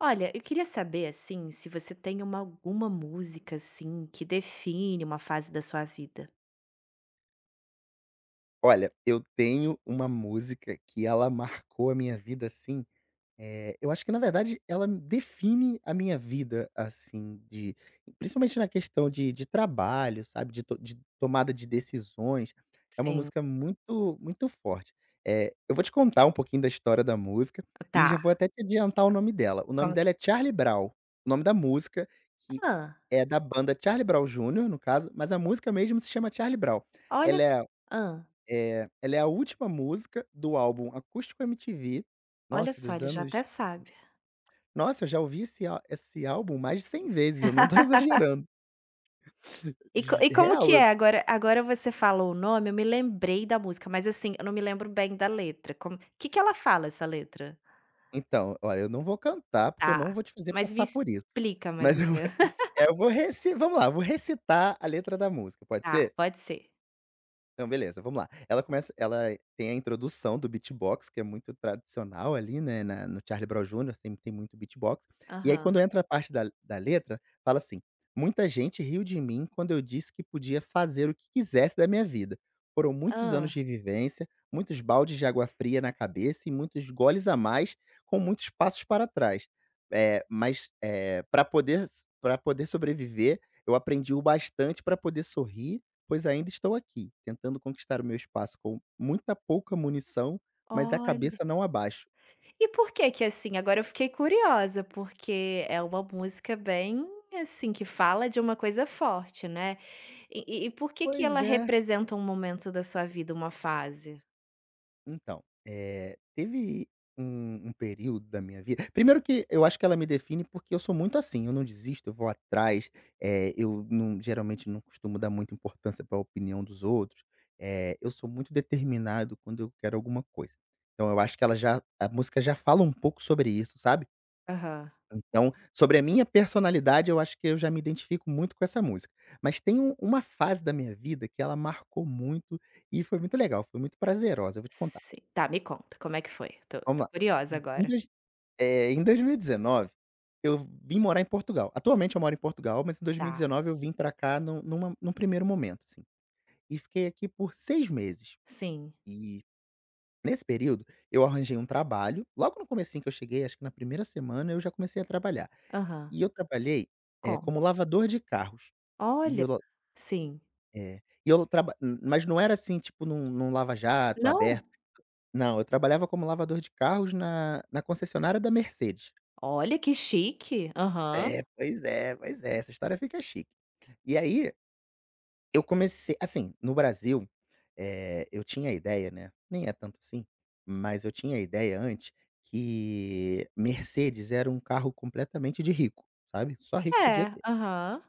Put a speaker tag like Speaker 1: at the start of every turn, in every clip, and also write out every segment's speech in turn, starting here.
Speaker 1: Olha, eu queria saber, assim, se você tem uma alguma música, assim, que define uma fase da sua vida.
Speaker 2: Olha, eu tenho uma música que ela marcou a minha vida, assim, eu acho que na verdade ela me define a minha vida, assim, de principalmente na questão de trabalho, sabe, de to de tomada de decisões, é uma
Speaker 1: Sim.
Speaker 2: música muito muito forte. Eu vou te contar um pouquinho da história da música e já
Speaker 1: Tá.
Speaker 2: vou até te adiantar o nome dela. O nome
Speaker 1: Como que
Speaker 2: dela é Charlie Brown, o nome da música, que
Speaker 1: Ah,
Speaker 2: é da banda Charlie Brown Junior, no caso, mas a música mesmo se chama Charlie Brown.
Speaker 1: olha
Speaker 2: Ela
Speaker 1: s
Speaker 2: é
Speaker 1: hã,
Speaker 2: é, ela é a última música do álbum Acústico MTV,
Speaker 1: olha
Speaker 2: nossa,
Speaker 1: só,
Speaker 2: dos
Speaker 1: ele já até
Speaker 2: anos
Speaker 1: sabe.
Speaker 2: nossa, eu já ouvi esse álbum mais de 100 vezes, eu não tô exagerando.
Speaker 1: E co
Speaker 2: Ge
Speaker 1: e como
Speaker 2: real,
Speaker 1: que
Speaker 2: eu
Speaker 1: é? Agora você falou o nome, eu me lembrei da música, mas, assim, eu não me lembro bem da letra. Como que ela fala, essa letra?
Speaker 2: então, olha, eu não vou cantar, porque eu
Speaker 1: Tá,
Speaker 2: não vou te fazer
Speaker 1: mas me
Speaker 2: passar por isso.
Speaker 1: explica mais
Speaker 2: Mas
Speaker 1: ou
Speaker 2: eu
Speaker 1: menos.
Speaker 2: eu vou recitar. Vamos lá, eu vou recitar a letra da música, pode
Speaker 1: Tá,
Speaker 2: ser?
Speaker 1: pode ser.
Speaker 2: Então, beleza, vamos lá. Ela tem a introdução do beatbox, que é muito tradicional ali, né, na no Charlie Brown Júnior sempre tem muito beatbox. E aí
Speaker 1: Aham.
Speaker 2: quando entra a parte da letra, fala assim: "Muita gente riu de mim quando eu disse que podia fazer o que quisesse da minha vida. Foram muitos anos
Speaker 1: Ah.
Speaker 2: de vivência, muitos baldes de água fria na cabeça e muitos goles a mais, com muitos passos para trás. Mas, para poder sobreviver, eu aprendi o bastante para poder sorrir. Pois ainda estou aqui, tentando conquistar o meu espaço com muita pouca munição, mas a
Speaker 1: Olha.
Speaker 2: cabeça não abaixo."
Speaker 1: E por que que assim? Agora eu fiquei curiosa, porque é uma música bem, assim, que fala de uma coisa forte, né. E por que que ela
Speaker 2: Pois é.
Speaker 1: representa um momento da sua vida, uma fase?
Speaker 2: Então, teve um período da minha vida, primeiro que eu acho que ela me define, porque eu sou muito assim, eu não desisto, eu vou atrás, eh, eu não geralmente não costumo dar muita importância para a opinião dos outros, eu sou muito determinado quando eu quero alguma coisa. Então eu acho que ela já a música já fala um pouco sobre isso, sabe?
Speaker 1: Aham.
Speaker 2: Então, sobre a minha personalidade, eu acho que eu já me identifico muito com essa música. Mas tem uma fase da minha vida que ela marcou muito e foi muito legal, foi muito prazerosa, eu vou te contar.
Speaker 1: Sim. Tá, me conta, como é que foi? Tô
Speaker 2: Vamos
Speaker 1: tô
Speaker 2: lá.
Speaker 1: curiosa
Speaker 2: Em
Speaker 1: agora.
Speaker 2: dois em 2019, eu vim morar em Portugal. Atualmente eu moro em Portugal, mas em
Speaker 1: Tá.
Speaker 2: 2019 eu vim pra cá num primeiro momento, assim. E fiquei aqui por 6 meses.
Speaker 1: Sim.
Speaker 2: E nesse período, eu arranjei um trabalho, logo no comecinho que eu cheguei, acho que na primeira semana eu já comecei a trabalhar.
Speaker 1: Aham.
Speaker 2: E eu trabalhei,
Speaker 1: Como?
Speaker 2: como lavador de carros. E
Speaker 1: Olha.
Speaker 2: eu la
Speaker 1: Sim.
Speaker 2: é, e eu mas não era assim, tipo, num lava-jato aberto.
Speaker 1: Não?
Speaker 2: Não, eu trabalhava como lavador de carros na concessionária da Mercedes.
Speaker 1: Olha, que chique. Aham.
Speaker 2: É, pois é, pois é, essa história fica chique. E aí, eu comecei assim, no Brasil, eu tinha a ideia, né, nem é tanto assim, mas eu tinha a ideia antes que Mercedes era um carro completamente de rico, sabe, só rico podia
Speaker 1: É.
Speaker 2: ter.
Speaker 1: Aham.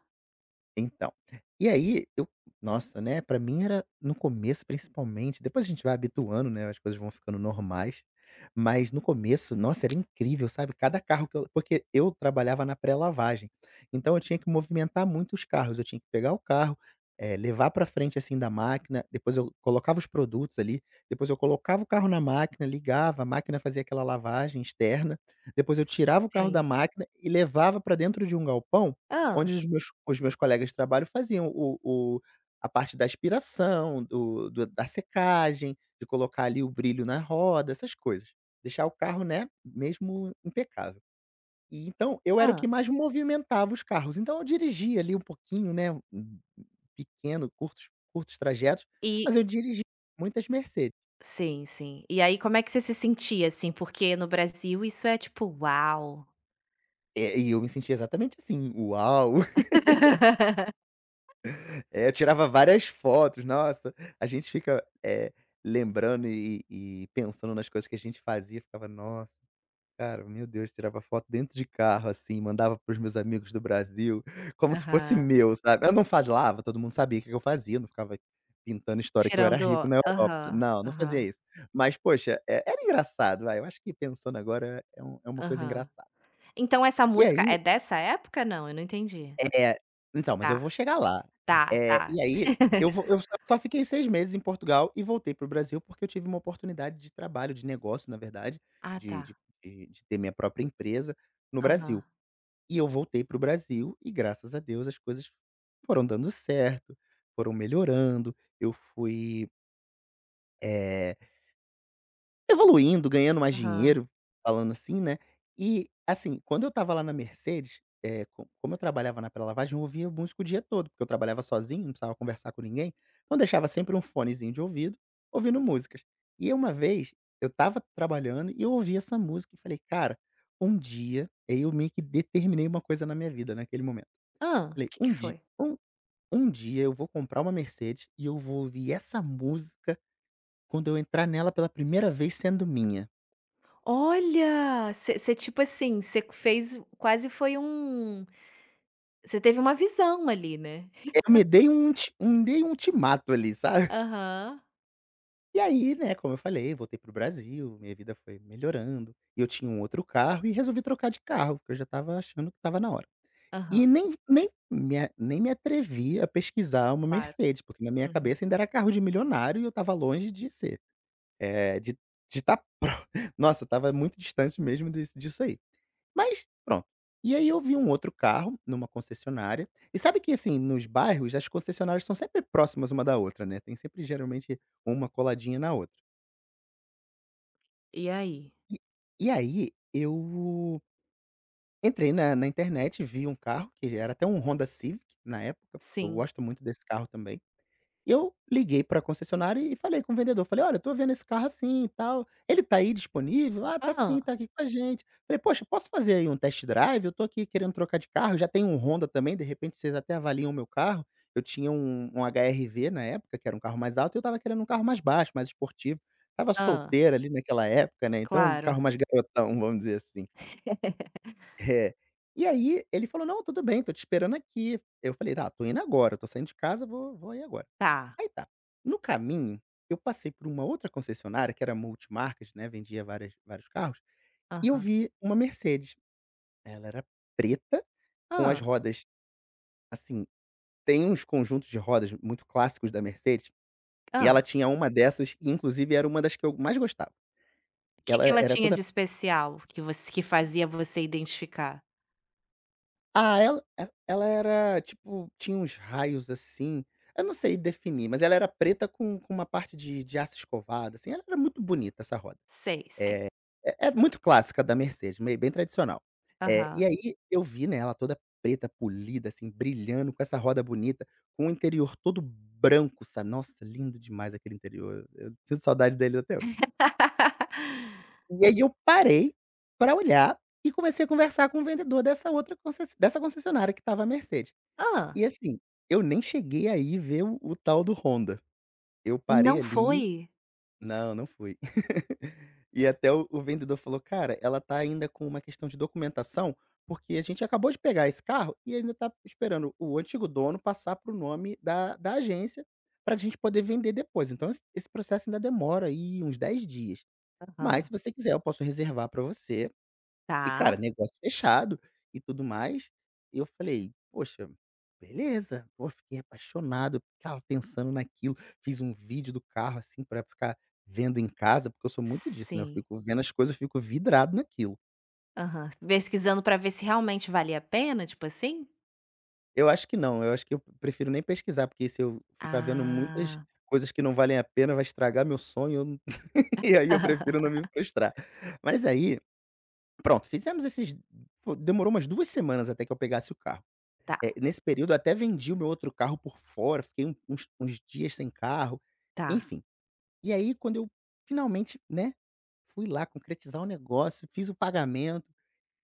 Speaker 2: Então, e aí eu nossa, né, pra mim era no começo, principalmente, depois a gente vai habituando, né, as coisas vão ficando normais, mas no começo, nossa, era incrível, sabe, cada carro que eu porque eu trabalhava na pré-lavagem, então eu tinha que movimentar muito os carros, eu tinha que pegar o carro, levar pra frente, assim, da máquina, depois eu colocava os produtos ali, depois eu colocava o carro na máquina, ligava, a máquina fazia aquela lavagem externa, depois eu tirava o carro da
Speaker 1: Sim.
Speaker 2: máquina e levava pra dentro de um galpão
Speaker 1: Ah,
Speaker 2: onde os meus colegas de trabalho faziam o a parte da aspiração, do do da secagem, de colocar ali o brilho na roda, essas coisas. Deixar o carro, né, mesmo impecável. E então, eu era o
Speaker 1: ah.
Speaker 2: que mais movimentava os carros, então eu dirigia ali um pouquinho, né, um pequeno, curtos trajetos,
Speaker 1: E
Speaker 2: mas eu dirigi muitas Mercedes.
Speaker 1: sim, sim. E aí como é que você se sentia, assim? Porque no Brasil isso é tipo: "Uau!"
Speaker 2: É, e eu me sentia exatamente assim: "Uau!" É, eu tirava várias fotos, nossa, a gente fica, lembrando e pensando nas coisas que a gente fazia, ficava: "Nossa, cara, meu Deus", tirava foto dentro de carro, assim, mandava para os meus amigos do Brasil, como se fosse
Speaker 1: Aham.
Speaker 2: meu, sabe. Eu não falava, todo mundo sabia o que eu fazia, não ficava pintando história que eu era
Speaker 1: Tirando
Speaker 2: rico
Speaker 1: o-
Speaker 2: na Europa.
Speaker 1: aham,
Speaker 2: Não, não fazia
Speaker 1: aham,
Speaker 2: isso. Mas, poxa, era engraçado, vai, eu acho que pensando agora é é uma coisa
Speaker 1: aham.
Speaker 2: engraçada.
Speaker 1: Então essa
Speaker 2: E
Speaker 1: música é
Speaker 2: aí
Speaker 1: dessa época? Não, eu não entendi.
Speaker 2: É, então, mas eu
Speaker 1: Tá,
Speaker 2: vou chegar lá.
Speaker 1: tá,
Speaker 2: Eh,
Speaker 1: tá.
Speaker 2: e aí, eu vou eu só fiquei 6 meses em Portugal e voltei para o Brasil, porque eu tive uma oportunidade de trabalho, de negócio, na verdade,
Speaker 1: Ah, tá.
Speaker 2: de de de ter minha própria empresa no
Speaker 1: Aham,
Speaker 2: Brasil. E eu voltei para o Brasil e, graças a Deus, as coisas foram dando certo, foram melhorando. Eu fui, eh evoluindo, ganhando mais
Speaker 1: aham.
Speaker 2: dinheiro, falando assim, né. E, assim, quando eu estava lá na Mercedes, eh, co como eu trabalhava na pré-lavagem, eu ouvia música o dia todo, porque eu trabalhava sozinho, não precisava conversar com ninguém, então eu deixava sempre um fonezinho de ouvido, ouvindo músicas. E uma vez, eu estava trabalhando e eu ouvi essa música e falei: "Cara, um dia". Aí eu meio que determinei uma coisa na minha vida naquele momento.
Speaker 1: Hã,
Speaker 2: Falei:
Speaker 1: que
Speaker 2: "Um dia,
Speaker 1: foi?
Speaker 2: um um dia eu vou comprar uma Mercedes e eu vou ouvir essa música quando eu entrar nela pela primeira vez sendo minha".
Speaker 1: Olha, você tipo assim, você fez quase foi um você teve uma visão ali, né?
Speaker 2: Eu me dei um ulti um dei um ultimato ali, sabe.
Speaker 1: Aham,
Speaker 2: E aí, né, como eu falei, voltei pro Brasil, minha vida foi melhorando, e eu tinha um outro carro e resolvi trocar de carro, porque eu já estava achando que estava na hora.
Speaker 1: aham,
Speaker 2: E nem me atrevi a pesquisar uma
Speaker 1: claro.
Speaker 2: Mercedes, porque na minha
Speaker 1: Uhum.
Speaker 2: cabeça ainda era carro de milionário e eu estava longe de ser, de estar. De estar pro nossa, estava muito distante mesmo desse disso aí. Mas pronto. E aí eu vi um outro carro numa concessionária, e sabe que, assim, nos bairros as concessionárias são sempre próximas uma da outra, né, tem sempre geralmente uma coladinha na outra.
Speaker 1: E aí?
Speaker 2: E e aí eu entrei na internet, vi um carro que era até um Honda Civic na época, eu
Speaker 1: Sim.
Speaker 2: gosto muito desse carro também. Eu liguei pra concessionária e falei com o vendedor, falei: "Olha, eu tô vendo esse carro assim e tal, ele tá aí disponível?". "Ah, tá sim, tá aqui com a gente". Falei: "Poxa, posso fazer aí um test drive? Eu tô aqui querendo trocar de carro, já tenho um Honda também, de repente vocês até avaliam o meu carro". Eu tinha um HR-V na época, que era um carro mais alto, e eu tava querendo um carro mais baixo, mais esportivo. Tava
Speaker 1: Hã,
Speaker 2: solteira ali naquela época, né, então um
Speaker 1: claro.
Speaker 2: carro mais garotão, vamos dizer assim. É. E aí ele falou: "Não, tudo bem, tô te esperando aqui". Eu falei: "Tá, tô indo agora, tô saindo de casa, vou aí agora".
Speaker 1: Tá.
Speaker 2: Aí tá. No caminho, eu passei por uma outra concessionária que era multimarcas, né, vendia várias vários carros, e eu
Speaker 1: Aham.
Speaker 2: vi uma Mercedes. Ela era preta, com as
Speaker 1: Hã,
Speaker 2: rodas assim, tem uns conjuntos de rodas muito clássicos da Mercedes, e
Speaker 1: hã.
Speaker 2: ela tinha uma dessas e inclusive era uma das que eu mais gostava. Ela
Speaker 1: Que ela
Speaker 2: era
Speaker 1: tinha de
Speaker 2: toda
Speaker 1: especial que você que fazia você identificar?
Speaker 2: ela era tipo, tinha uns raios assim, eu não sei definir, mas ela era preta com uma parte de aço escovado, assim, ela era muito bonita essa roda.
Speaker 1: Sei, sei.
Speaker 2: É muito clássica da Mercedes, meio bem tradicional. E
Speaker 1: Aham.
Speaker 2: aí eu vi, né, ela toda preta, polida, assim, brilhando, com essa roda bonita, com o interior todo branco, sabe. Nossa, lindo demais aquele interior, eu sinto saudade deles até hoje. E aí eu parei para olhar e comecei a conversar com o vendedor dessa outra concess dessa concessionária que estava a Mercedes.
Speaker 1: Hã,
Speaker 2: E assim, eu nem cheguei aí ver o tal do Honda. Eu parei
Speaker 1: não
Speaker 2: ali
Speaker 1: foi?
Speaker 2: não, não fui. E até o vendedor falou: "Cara, ela tá ainda com uma questão de documentação, porque a gente acabou de pegar esse carro e ainda tá esperando o antigo dono passar pro nome da agência, pra gente poder vender depois. Então esse processo ainda demora aí uns 10 dias. Mas
Speaker 1: Aham.
Speaker 2: se você quiser, eu posso reservar pra você". E, cara,
Speaker 1: Tá,
Speaker 2: negócio fechado e tudo mais. E eu falei: "Poxa, beleza". Pô, fiquei apaixonado, ficava pensando naquilo. Fiz um vídeo do carro, assim, pra ficar vendo em casa, porque eu sou muito disso, né, eu
Speaker 1: sim.
Speaker 2: fico vendo as coisas, eu fico vidrado naquilo.
Speaker 1: Aham. Pesquisando pra ver se realmente valia a pena, tipo assim?
Speaker 2: Eu acho que não, eu acho que eu prefiro nem pesquisar, porque se eu ficar vendo muitas
Speaker 1: Ah.
Speaker 2: coisas que não valem a pena, vai estragar meu sonho, eu não. E aí eu prefiro não me frustrar. Mas aí, pronto, fizemos esses demorou umas 2 semanas até que eu pegasse o carro.
Speaker 1: Tá,
Speaker 2: Nesse período eu até vendi o meu outro carro por fora, fiquei uns dias sem carro,
Speaker 1: tá.
Speaker 2: enfim. E aí quando eu finalmente, né, fui lá concretizar o negócio, fiz o pagamento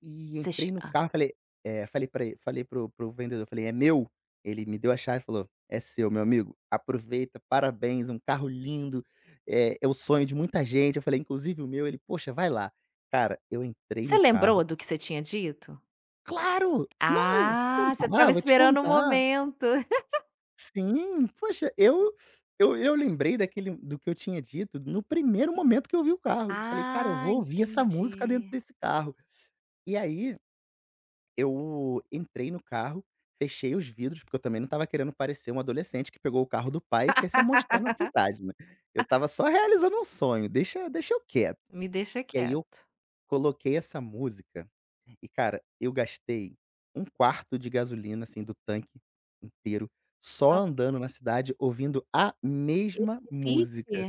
Speaker 2: e
Speaker 1: Você che
Speaker 2: entrei no
Speaker 1: hã.
Speaker 2: carro, falei para o vendedor, falei: "É meu?" Ele me deu a chave e falou: "É seu, meu amigo, aproveita, parabéns, um carro lindo, é o sonho de muita gente". Eu falei: "Inclusive o meu". Ele: "Poxa, vai lá". Cara, eu entrei
Speaker 1: Você
Speaker 2: no
Speaker 1: lembrou
Speaker 2: carro.
Speaker 1: do que você tinha dito?
Speaker 2: Claro! Não, eu vou te
Speaker 1: Ah, você estava
Speaker 2: contar, vou te
Speaker 1: esperando o
Speaker 2: contar.
Speaker 1: momento.
Speaker 2: Sim, poxa, eu lembrei daquele do que eu tinha dito no primeiro momento que eu vi o carro. Eu falei: "Cara, eu
Speaker 1: Ah,
Speaker 2: vou ouvir essa música dentro
Speaker 1: entendi.
Speaker 2: desse carro". E aí eu entrei no carro, fechei os vidros, porque eu também não estava querendo parecer um adolescente que pegou o carro do pai e quer se amostrar na cidade, né. Eu estava só realizando um sonho, deixa eu quieto.
Speaker 1: Me deixa
Speaker 2: E aí eu
Speaker 1: quieto.
Speaker 2: coloquei essa música e, cara, eu gastei um quarto de gasolina, assim, do tanque inteiro, só
Speaker 1: Top
Speaker 2: andando na cidade ouvindo a
Speaker 1: e
Speaker 2: mesma
Speaker 1: repite?
Speaker 2: música,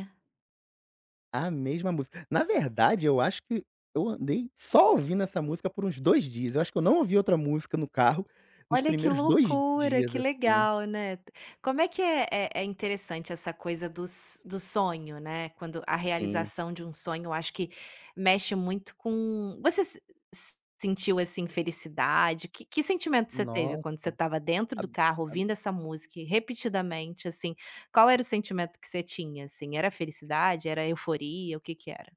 Speaker 2: a mesma música. Na verdade, eu acho que eu andei só ouvindo essa música por uns 2 dias, eu acho que eu não ouvi outra música no carro nos
Speaker 1: Olha que
Speaker 2: primeiros 2
Speaker 1: loucura,
Speaker 2: dias,
Speaker 1: que
Speaker 2: assim.
Speaker 1: legal, né. Como é que é interessante essa coisa dos do sonho, né, quando a
Speaker 2: Sim.
Speaker 1: realização de um sonho, eu acho que mexe muito com você se sentiu, assim, felicidade? Que sentimento você teve quando você
Speaker 2: Nossa.
Speaker 1: estava dentro
Speaker 2: Ab
Speaker 1: do carro
Speaker 2: ab
Speaker 1: ouvindo essa música e repetidamente, assim, qual era o sentimento que você tinha, assim? Era felicidade, era euforia, o que que era?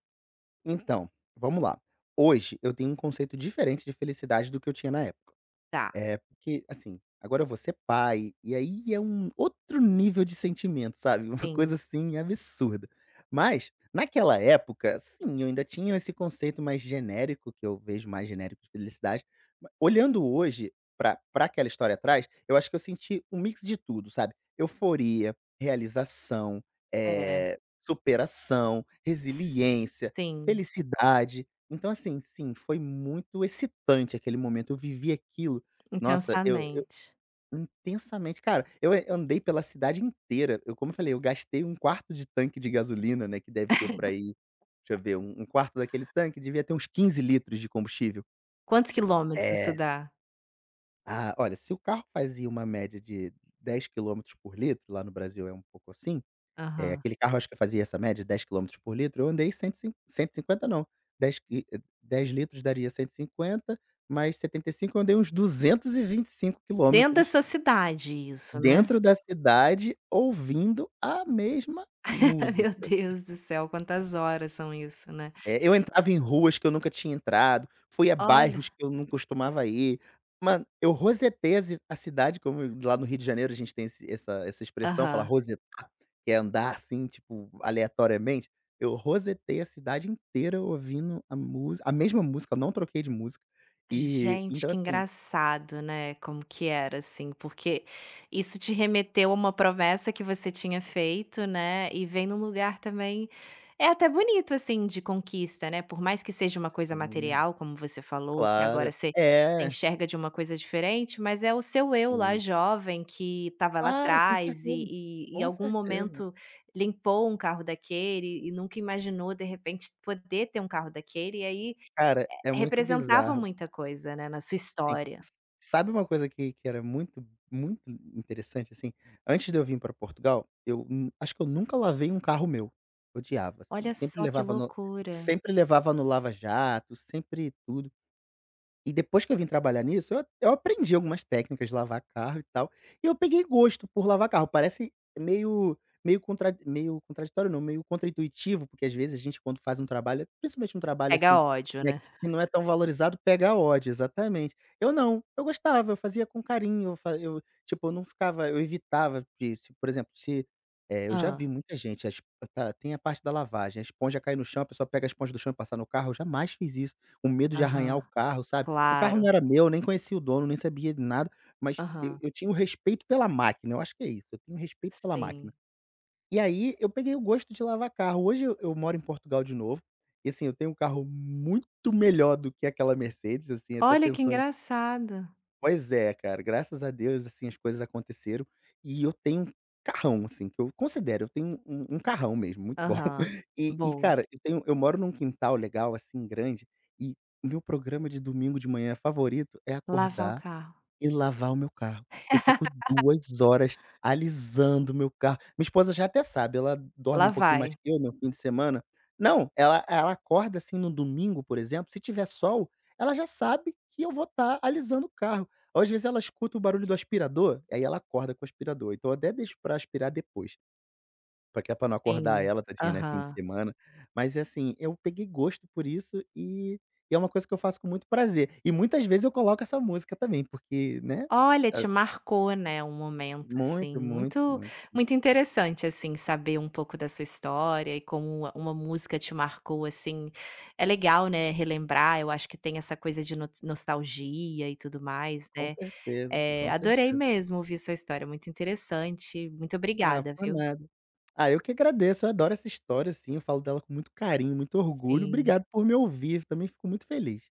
Speaker 2: Então, vamos lá. Hoje eu tenho um conceito diferente de felicidade do que eu tinha na época.
Speaker 1: Tá,
Speaker 2: É, porque, assim, agora eu vou ser pai, e aí é um outro nível de sentimento, sabe. Uma coisa,
Speaker 1: sim.
Speaker 2: assim, absurda. Mas, naquela época, sim, eu ainda tinha esse conceito mais genérico, que eu vejo mais genérico de felicidade. Ma Olhando hoje para pra aquela história atrás, eu acho que eu senti um mix de tudo, sabe, euforia, realização,
Speaker 1: É,
Speaker 2: eh, superação, resiliência,
Speaker 1: sim.
Speaker 2: felicidade. Então, assim, sim, foi muito excitante aquele momento. Eu vivi aquilo. Nossa, eu
Speaker 1: Intensamente.
Speaker 2: intensamente. Cara, eu andei pela cidade inteira. Eu, como eu falei, eu gastei um quarto de tanque de gasolina, né, que deve ter por aí, deixa eu ver, um quarto daquele tanque devia ter uns 15 litros de combustível.
Speaker 1: Quantos quilômetros isso
Speaker 2: É.
Speaker 1: dá?
Speaker 2: Ah, olha, se o carro fazia uma média de 10 quilômetros por litro, lá no Brasil é um pouco assim. É,
Speaker 1: Aham.
Speaker 2: aquele carro acho que fazia essa média, 10 quilômetros por litro. Eu andei cento e cin 150. Não, 10 qui 10 litros daria 150, mais 75. Eu andei uns duzentos e vinte e cinco
Speaker 1: Dentro
Speaker 2: quilômetros.
Speaker 1: dessa cidade isso, né.
Speaker 2: Dentro da cidade, ouvindo a mesma
Speaker 1: Meu
Speaker 2: música.
Speaker 1: Deus do céu, quantas horas são isso, né.
Speaker 2: É, eu entrava em ruas que eu nunca tinha entrado, fui a bairros
Speaker 1: Olha.
Speaker 2: que eu não costumava ir. Mano, eu rosetei a cidade. Como lá no Rio de Janeiro a gente tem esse essa essa expressão, fala
Speaker 1: Aham.
Speaker 2: "rosetar", que é andar, assim, tipo, aleatoriamente. Eu rosetei a cidade inteira ouvindo a música, a mesma música, eu não troquei de música. E
Speaker 1: Gente,
Speaker 2: então,
Speaker 1: que
Speaker 2: assim.
Speaker 1: engraçado, né, como que era, assim, porque isso te remeteu a uma promessa que você tinha feito, né, e vem num lugar também é até bonito, assim, de conquista, né, por mais que seja uma coisa
Speaker 2: Sim,
Speaker 1: material, como você falou, que
Speaker 2: claro.
Speaker 1: agora você você
Speaker 2: É,
Speaker 1: enxerga de uma coisa diferente, mas é o seu eu lá
Speaker 2: sim.
Speaker 1: jovem que estava lá
Speaker 2: Claro, com
Speaker 1: atrás
Speaker 2: certeza.
Speaker 1: e em
Speaker 2: Com
Speaker 1: algum
Speaker 2: certeza.
Speaker 1: momento limpou um carro daquele e nunca imaginou, de repente, poder ter um carro daquele e aí
Speaker 2: Cara, é muito
Speaker 1: representava
Speaker 2: bizarro,
Speaker 1: muita coisa, né, na sua
Speaker 2: sim.
Speaker 1: história.
Speaker 2: S sabe uma coisa que era muito, muito interessante, assim? Antes de eu vir para Portugal, eu acho que eu nunca lavei um carro meu. Odiava, assim,
Speaker 1: Olha só que loucura.
Speaker 2: sempre levava no lava jato, sempre tudo. E depois que eu vim trabalhar nisso, eu aprendi algumas técnicas de lavar carro e tal, e eu peguei gosto por lavar carro. Parece meio meio contraditório, não, meio contraintuitivo. Porque às vezes a gente, quando faz um trabalho, principalmente um trabalho
Speaker 1: Pega
Speaker 2: assim,
Speaker 1: ódio,
Speaker 2: né,
Speaker 1: né.
Speaker 2: que não é tão valorizado, pega ódio, exatamente. Eu não, eu gostava, eu fazia com carinho. Eu, tipo, eu não ficava, eu evitava de, se, por exemplo, se, eu
Speaker 1: Hã.
Speaker 2: já vi muita gente. A esp tá, tem a parte da lavagem, a esponja cai no chão, a pessoa pega a esponja do chão e passar no carro. Eu jamais fiz isso, o medo de arranhar o
Speaker 1: Aham.
Speaker 2: carro, sabe. O carro
Speaker 1: Claro.
Speaker 2: não era meu, nem conhecia o dono, nem sabia de nada, mas eu
Speaker 1: Aham.
Speaker 2: eu tinha o respeito pela máquina. Eu acho que é isso, eu tenho respeito pela máquina.
Speaker 1: Sim.
Speaker 2: E aí eu peguei o gosto de lavar carro. Hoje eu moro em Portugal de novo, e, assim, eu tenho um carro muito melhor do que aquela Mercedes, assim, até
Speaker 1: Olha que
Speaker 2: pensando.
Speaker 1: engraçado.
Speaker 2: Pois é, cara, graças a Deus, assim, as coisas aconteceram e eu tenho um carrão, assim, que eu considero, eu tenho um carrão mesmo, muito bom.
Speaker 1: Aham.
Speaker 2: E,
Speaker 1: Boa.
Speaker 2: cara, eu moro num quintal legal, assim, grande, e o meu programa de domingo de manhã favorito é
Speaker 1: Lavar o
Speaker 2: acordar
Speaker 1: carro.
Speaker 2: e lavar o meu carro. Eu fico 2 horas alisando o meu carro. Minha esposa já até sabe, ela dorme
Speaker 1: Lá
Speaker 2: um pouquinho mais
Speaker 1: vai.
Speaker 2: que eu no fim de semana. Não, ela acorda, assim, no domingo, por exemplo, se tiver sol, ela já sabe que eu vou estar alisando o carro. Às vezes ela escuta o barulho do aspirador, aí ela acorda com o aspirador, então eu até deixo pra aspirar depois. Pra que é pra não acordar
Speaker 1: Sim.
Speaker 2: ela, tadinha, né, fim de
Speaker 1: Aham.
Speaker 2: semana. Mas é assim, eu peguei gosto por isso e é uma coisa que eu faço com muito prazer. E muitas vezes eu coloco essa música também, porque, né,
Speaker 1: Olha,
Speaker 2: hã,
Speaker 1: te marcou, né, um momento, assim,
Speaker 2: muito, muito,
Speaker 1: muito
Speaker 2: muito.
Speaker 1: muito interessante, assim, saber um pouco da sua história e como uma música te marcou, assim. É legal, né, relembrar, eu acho que tem essa coisa de no nostalgia e tudo mais,
Speaker 2: Com
Speaker 1: né.
Speaker 2: certeza, com
Speaker 1: Adorei
Speaker 2: certeza.
Speaker 1: mesmo ouvir sua história, muito interessante. Muito
Speaker 2: Ah,
Speaker 1: obrigada,
Speaker 2: por
Speaker 1: viu.
Speaker 2: nada. Ah, eu que agradeço, eu adoro essa história, assim, eu falo dela com muito carinho, muito orgulho.
Speaker 1: Sim.
Speaker 2: Obrigado por me ouvir, também fico muito feliz.